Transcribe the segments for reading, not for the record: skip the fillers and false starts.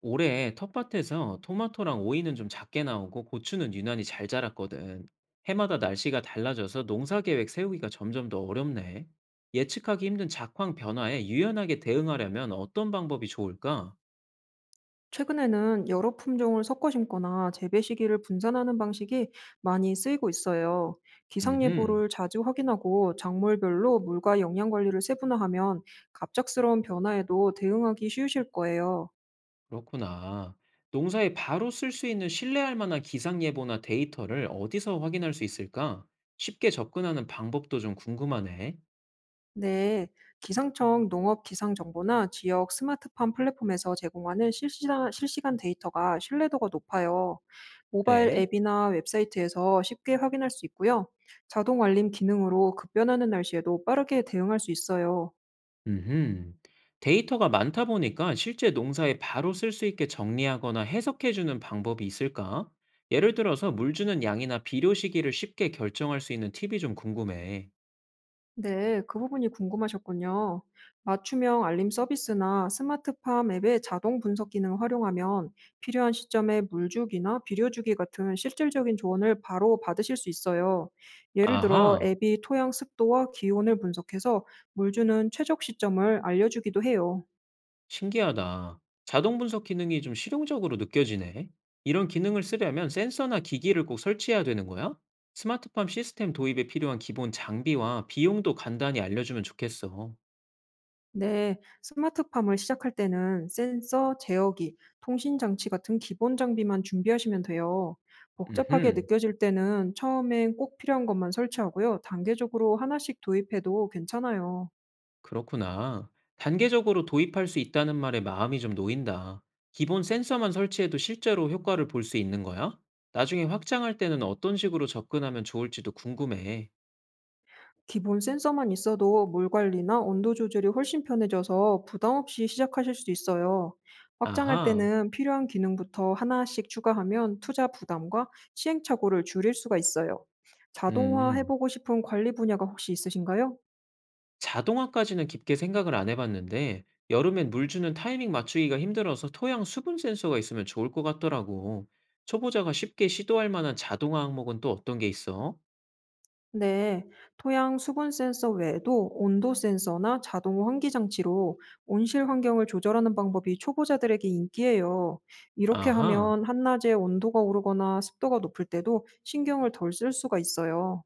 올해 텃밭에서 토마토랑 오이는 좀 작게 나오고 고추는 유난히 잘 자랐거든. 해마다 날씨가 달라져서 농사 계획 세우기가 점점 더 어렵네. 예측하기 힘든 작황 변화에 유연하게 대응하려면 어떤 방법이 좋을까? 최근에는 여러 품종을 섞어 심거나 재배 시기를 분산하는 방식이 많이 쓰이고 있어요. 음, 기상예보를 자주 확인하고 작물별로 물과 영양 관리를 세분화하면 갑작스러운 변화에도 대응하기 쉬우실 거예요. 그렇구나. 농사에 바로 쓸 수 있는 신뢰할 만한 기상 예보나 데이터를 어디서 확인할 수 있을까? 쉽게 접근하는 방법도 좀 궁금하네. 네, 기상청 농업 기상 정보나 지역 스마트팜 플랫폼에서 제공하는 실시간 데이터가 신뢰도가 높아요. 모바일 그래. 앱이나 웹사이트에서 쉽게 확인할 수 있고요. 자동 알림 기능으로 급변하는 날씨에도 빠르게 대응할 수 있어요. 음흠. 데이터가 많다 보니까 실제 농사에 바로 쓸 수 있게 정리하거나 해석해주는 방법이 있을까? 예를 들어서 물 주는 양이나 비료 시기를 쉽게 결정할 수 있는 팁이 좀 궁금해. 네, 그 부분이 궁금하셨군요. 맞춤형 알림 서비스나 스마트팜 앱의 자동 분석 기능을 활용하면 필요한 시점에 물주기나 비료주기 같은 실질적인 조언을 바로 받으실 수 있어요. 예를 들어 아하, 앱이 토양 습도와 기온을 분석해서 물주는 최적 시점을 알려주기도 해요. 신기하다. 자동 분석 기능이 좀 실용적으로 느껴지네. 이런 기능을 쓰려면 센서나 기기를 꼭 설치해야 되는 거야? 스마트팜 시스템 도입에 필요한 기본 장비와 비용도 간단히 알려주면 좋겠어. 네, 스마트팜을 시작할 때는 센서, 제어기, 통신 장치 같은 기본 장비만 준비하시면 돼요. 복잡하게 음흠. 느껴질 때는 처음엔 꼭 필요한 것만 설치하고요. 단계적으로 하나씩 도입해도 괜찮아요. 그렇구나. 단계적으로 도입할 수 있다는 말에 마음이 좀 놓인다. 기본 센서만 설치해도 실제로 효과를 볼 수 있는 거야? 나중에 확장할 때는 어떤 식으로 접근하면 좋을지도 궁금해. 기본 센서만 있어도 물 관리나 온도 조절이 훨씬 편해져서 부담 없이 시작하실 수 있어요. 확장할 아하, 때는 필요한 기능부터 하나씩 추가하면 투자 부담과 시행착오를 줄일 수가 있어요. 자동화 음. 해보고 싶은 관리 분야가 혹시 있으신가요? 자동화까지는 깊게 생각을 안 해봤는데, 여름엔 물 주는 타이밍 맞추기가 힘들어서 토양 수분 센서가 있으면 좋을 것 같더라고. 초보자가 쉽게 시도할 만한 자동화 항목은 또 어떤 게 있어? 네, 토양 수분 센서 외에도 온도 센서나 자동 환기 장치로 온실 환경을 조절하는 방법이 초보자들에게 인기예요. 이렇게 아하. 하면 한낮에 온도가 오르거나 습도가 높을 때도 신경을 덜 쓸 수가 있어요.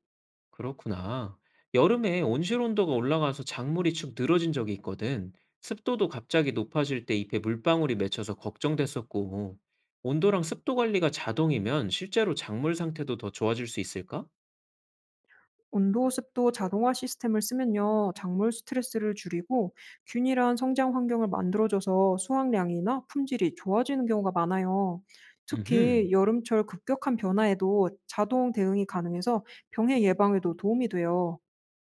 그렇구나. 여름에 온실 온도가 올라가서 작물이 축 늘어진 적이 있거든. 습도도 갑자기 높아질 때 잎에 물방울이 맺혀서 걱정됐었고, 온도랑 습도 관리가 자동이면 실제로 작물 상태도 더 좋아질 수 있을까? 온도 습도 자동화 시스템을 쓰면요, 작물 스트레스를 줄이고 균일한 성장 환경을 만들어줘서 수확량이나 품질이 좋아지는 경우가 많아요. 음, 특히 여름철 급격한 변화에도 자동 대응이 가능해서 병해 예방에도 도움이 돼요.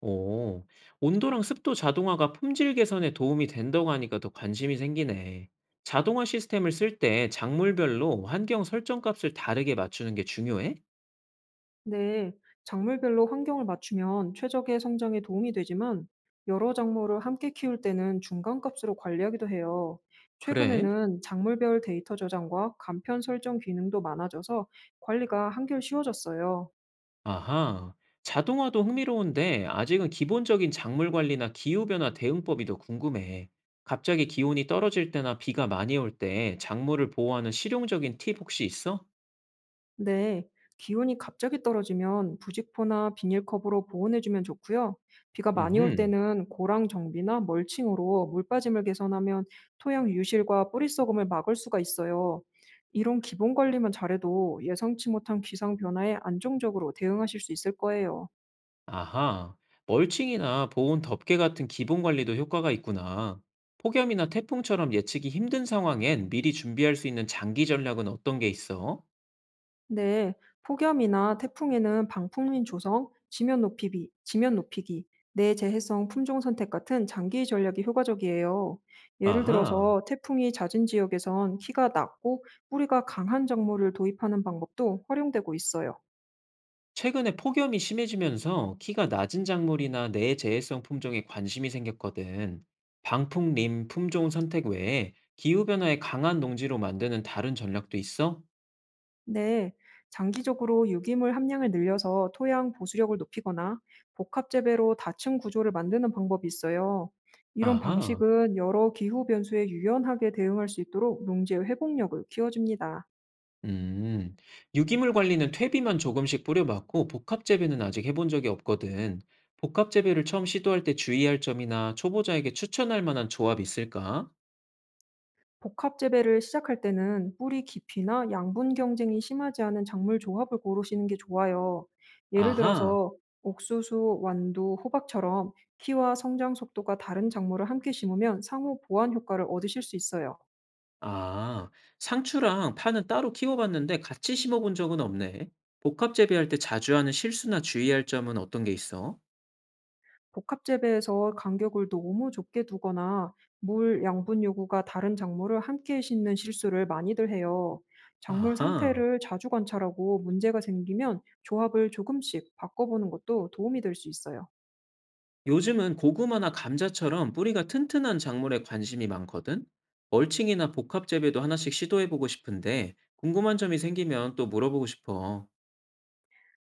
오, 온도랑 습도 자동화가 품질 개선에 도움이 된다고 하니까 더 관심이 생기네. 자동화 시스템을 쓸 때 작물별로 환경 설정 값을 다르게 맞추는 게 중요해? 네, 작물별로 환경을 맞추면 최적의 성장에 도움이 되지만 여러 작물을 함께 키울 때는 중간값으로 관리하기도 해요. 그래? 최근에는 작물별 데이터 저장과 간편 설정 기능도 많아져서 관리가 한결 쉬워졌어요. 아하. 자동화도 흥미로운데 아직은 기본적인 작물 관리나 기후변화 대응법이 더 궁금해. 갑자기 기온이 떨어질 때나 비가 많이 올 때 작물을 보호하는 실용적인 팁 혹시 있어? 네, 기온이 갑자기 떨어지면 부직포나 비닐컵으로 보온해주면 좋고요. 비가 많이 올 음흠. 때는 고랑 정비나 멀칭으로 물 빠짐을 개선하면 토양 유실과 뿌리 썩음을 막을 수가 있어요. 이런 기본 관리만 잘해도 예상치 못한 기상 변화에 안정적으로 대응하실 수 있을 거예요. 아하. 멀칭이나 보온 덮개 같은 기본 관리도 효과가 있구나. 폭염이나 태풍처럼 예측이 힘든 상황엔 미리 준비할 수 있는 장기 전략은 어떤 게 있어? 네, 폭염이나 태풍에는 방풍민 조성, 지면 높이기, 내재해성 품종 선택 같은 장기 전략이 효과적이에요. 예를 아하. 들어서 태풍이 잦은 지역에선 키가 낮고 뿌리가 강한 작물을 도입하는 방법도 활용되고 있어요. 최근에 폭염이 심해지면서 키가 낮은 작물이나 내재해성 품종에 관심이 생겼거든. 방풍림 품종 선택 외에 기후변화에 강한 농지로 만드는 다른 전략도 있어? 네, 장기적으로 유기물 함량을 늘려서 토양 보수력을 높이거나 복합 재배로 다층 구조를 만드는 방법이 있어요. 이런 아하, 방식은 여러 기후 변수에 유연하게 대응할 수 있도록 농지의 회복력을 키워줍니다. 음. 유기물 관리는 퇴비만 조금씩 뿌려봤고 복합재배는 아직 해본 적이 없거든. 복합재배를 처음 시도할 때 주의할 점이나 초보자에게 추천할 만한 조합 있을까? 복합 재배를 시작할 때는 뿌리 깊이나 양분 경쟁이 심하지 않은 작물 조합을 고르시는 게 좋아요. 예를 아하. 들어서 옥수수, 완두, 호박처럼 키와 성장 속도가 다른 작물을 함께 심으면 상호 보완 효과를 얻으실 수 있어요. 아, 상추랑 파는 따로 키워봤는데 같이 심어본 적은 없네. 복합 재배할 때 자주 하는 실수나 주의할 점은 어떤 게 있어? 복합 재배에서 간격을 너무 좁게 두거나 물 양분 요구가 다른 작물을 함께 심는 실수를 많이들 해요. 작물 아하, 상태를 자주 관찰하고 문제가 생기면 조합을 조금씩 바꿔보는 것도 도움이 될 수 있어요. 요즘은 고구마나 감자처럼 뿌리가 튼튼한 작물에 관심이 많거든? 멀칭이나 복합 재배도 하나씩 시도해보고 싶은데 궁금한 점이 생기면 또 물어보고 싶어.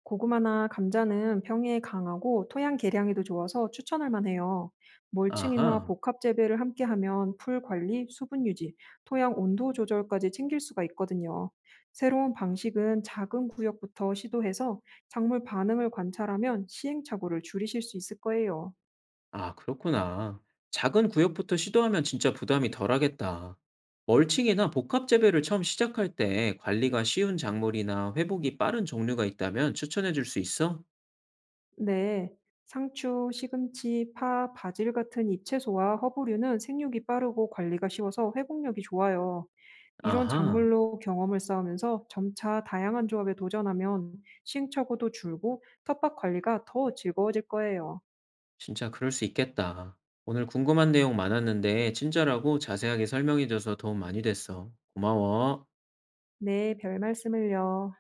고구마나 감자는 평해에 강하고 토양 개량에도 좋아서 추천할 만해요. 멀칭이나 아하. 복합 재배를 함께 하면 풀 관리, 수분 유지, 토양 온도 조절까지 챙길 수가 있거든요. 새로운 방식은 작은 구역부터 시도해서 작물 반응을 관찰하면 시행착오를 줄이실 수 있을 거예요. 아, 그렇구나. 작은 구역부터 시도하면 진짜 부담이 덜하겠다. 멀칭이나 복합 재배를 처음 시작할 때 관리가 쉬운 작물이나 회복이 빠른 종류가 있다면 추천해 줄 수 있어? 네, 상추, 시금치, 파, 바질 같은 잎채소와 허브류는 생육이 빠르고 관리가 쉬워서 회복력이 좋아요. 이런 아하, 작물로 경험을 쌓으면서 점차 다양한 조합에 도전하면 시행착오도 줄고 텃밭 관리가 더 즐거워질 거예요. 진짜 그럴 수 있겠다. 오늘 궁금한 내용 많았는데 친절하고 자세하게 설명해줘서 도움 많이 됐어. 고마워. 네, 별 말씀을요.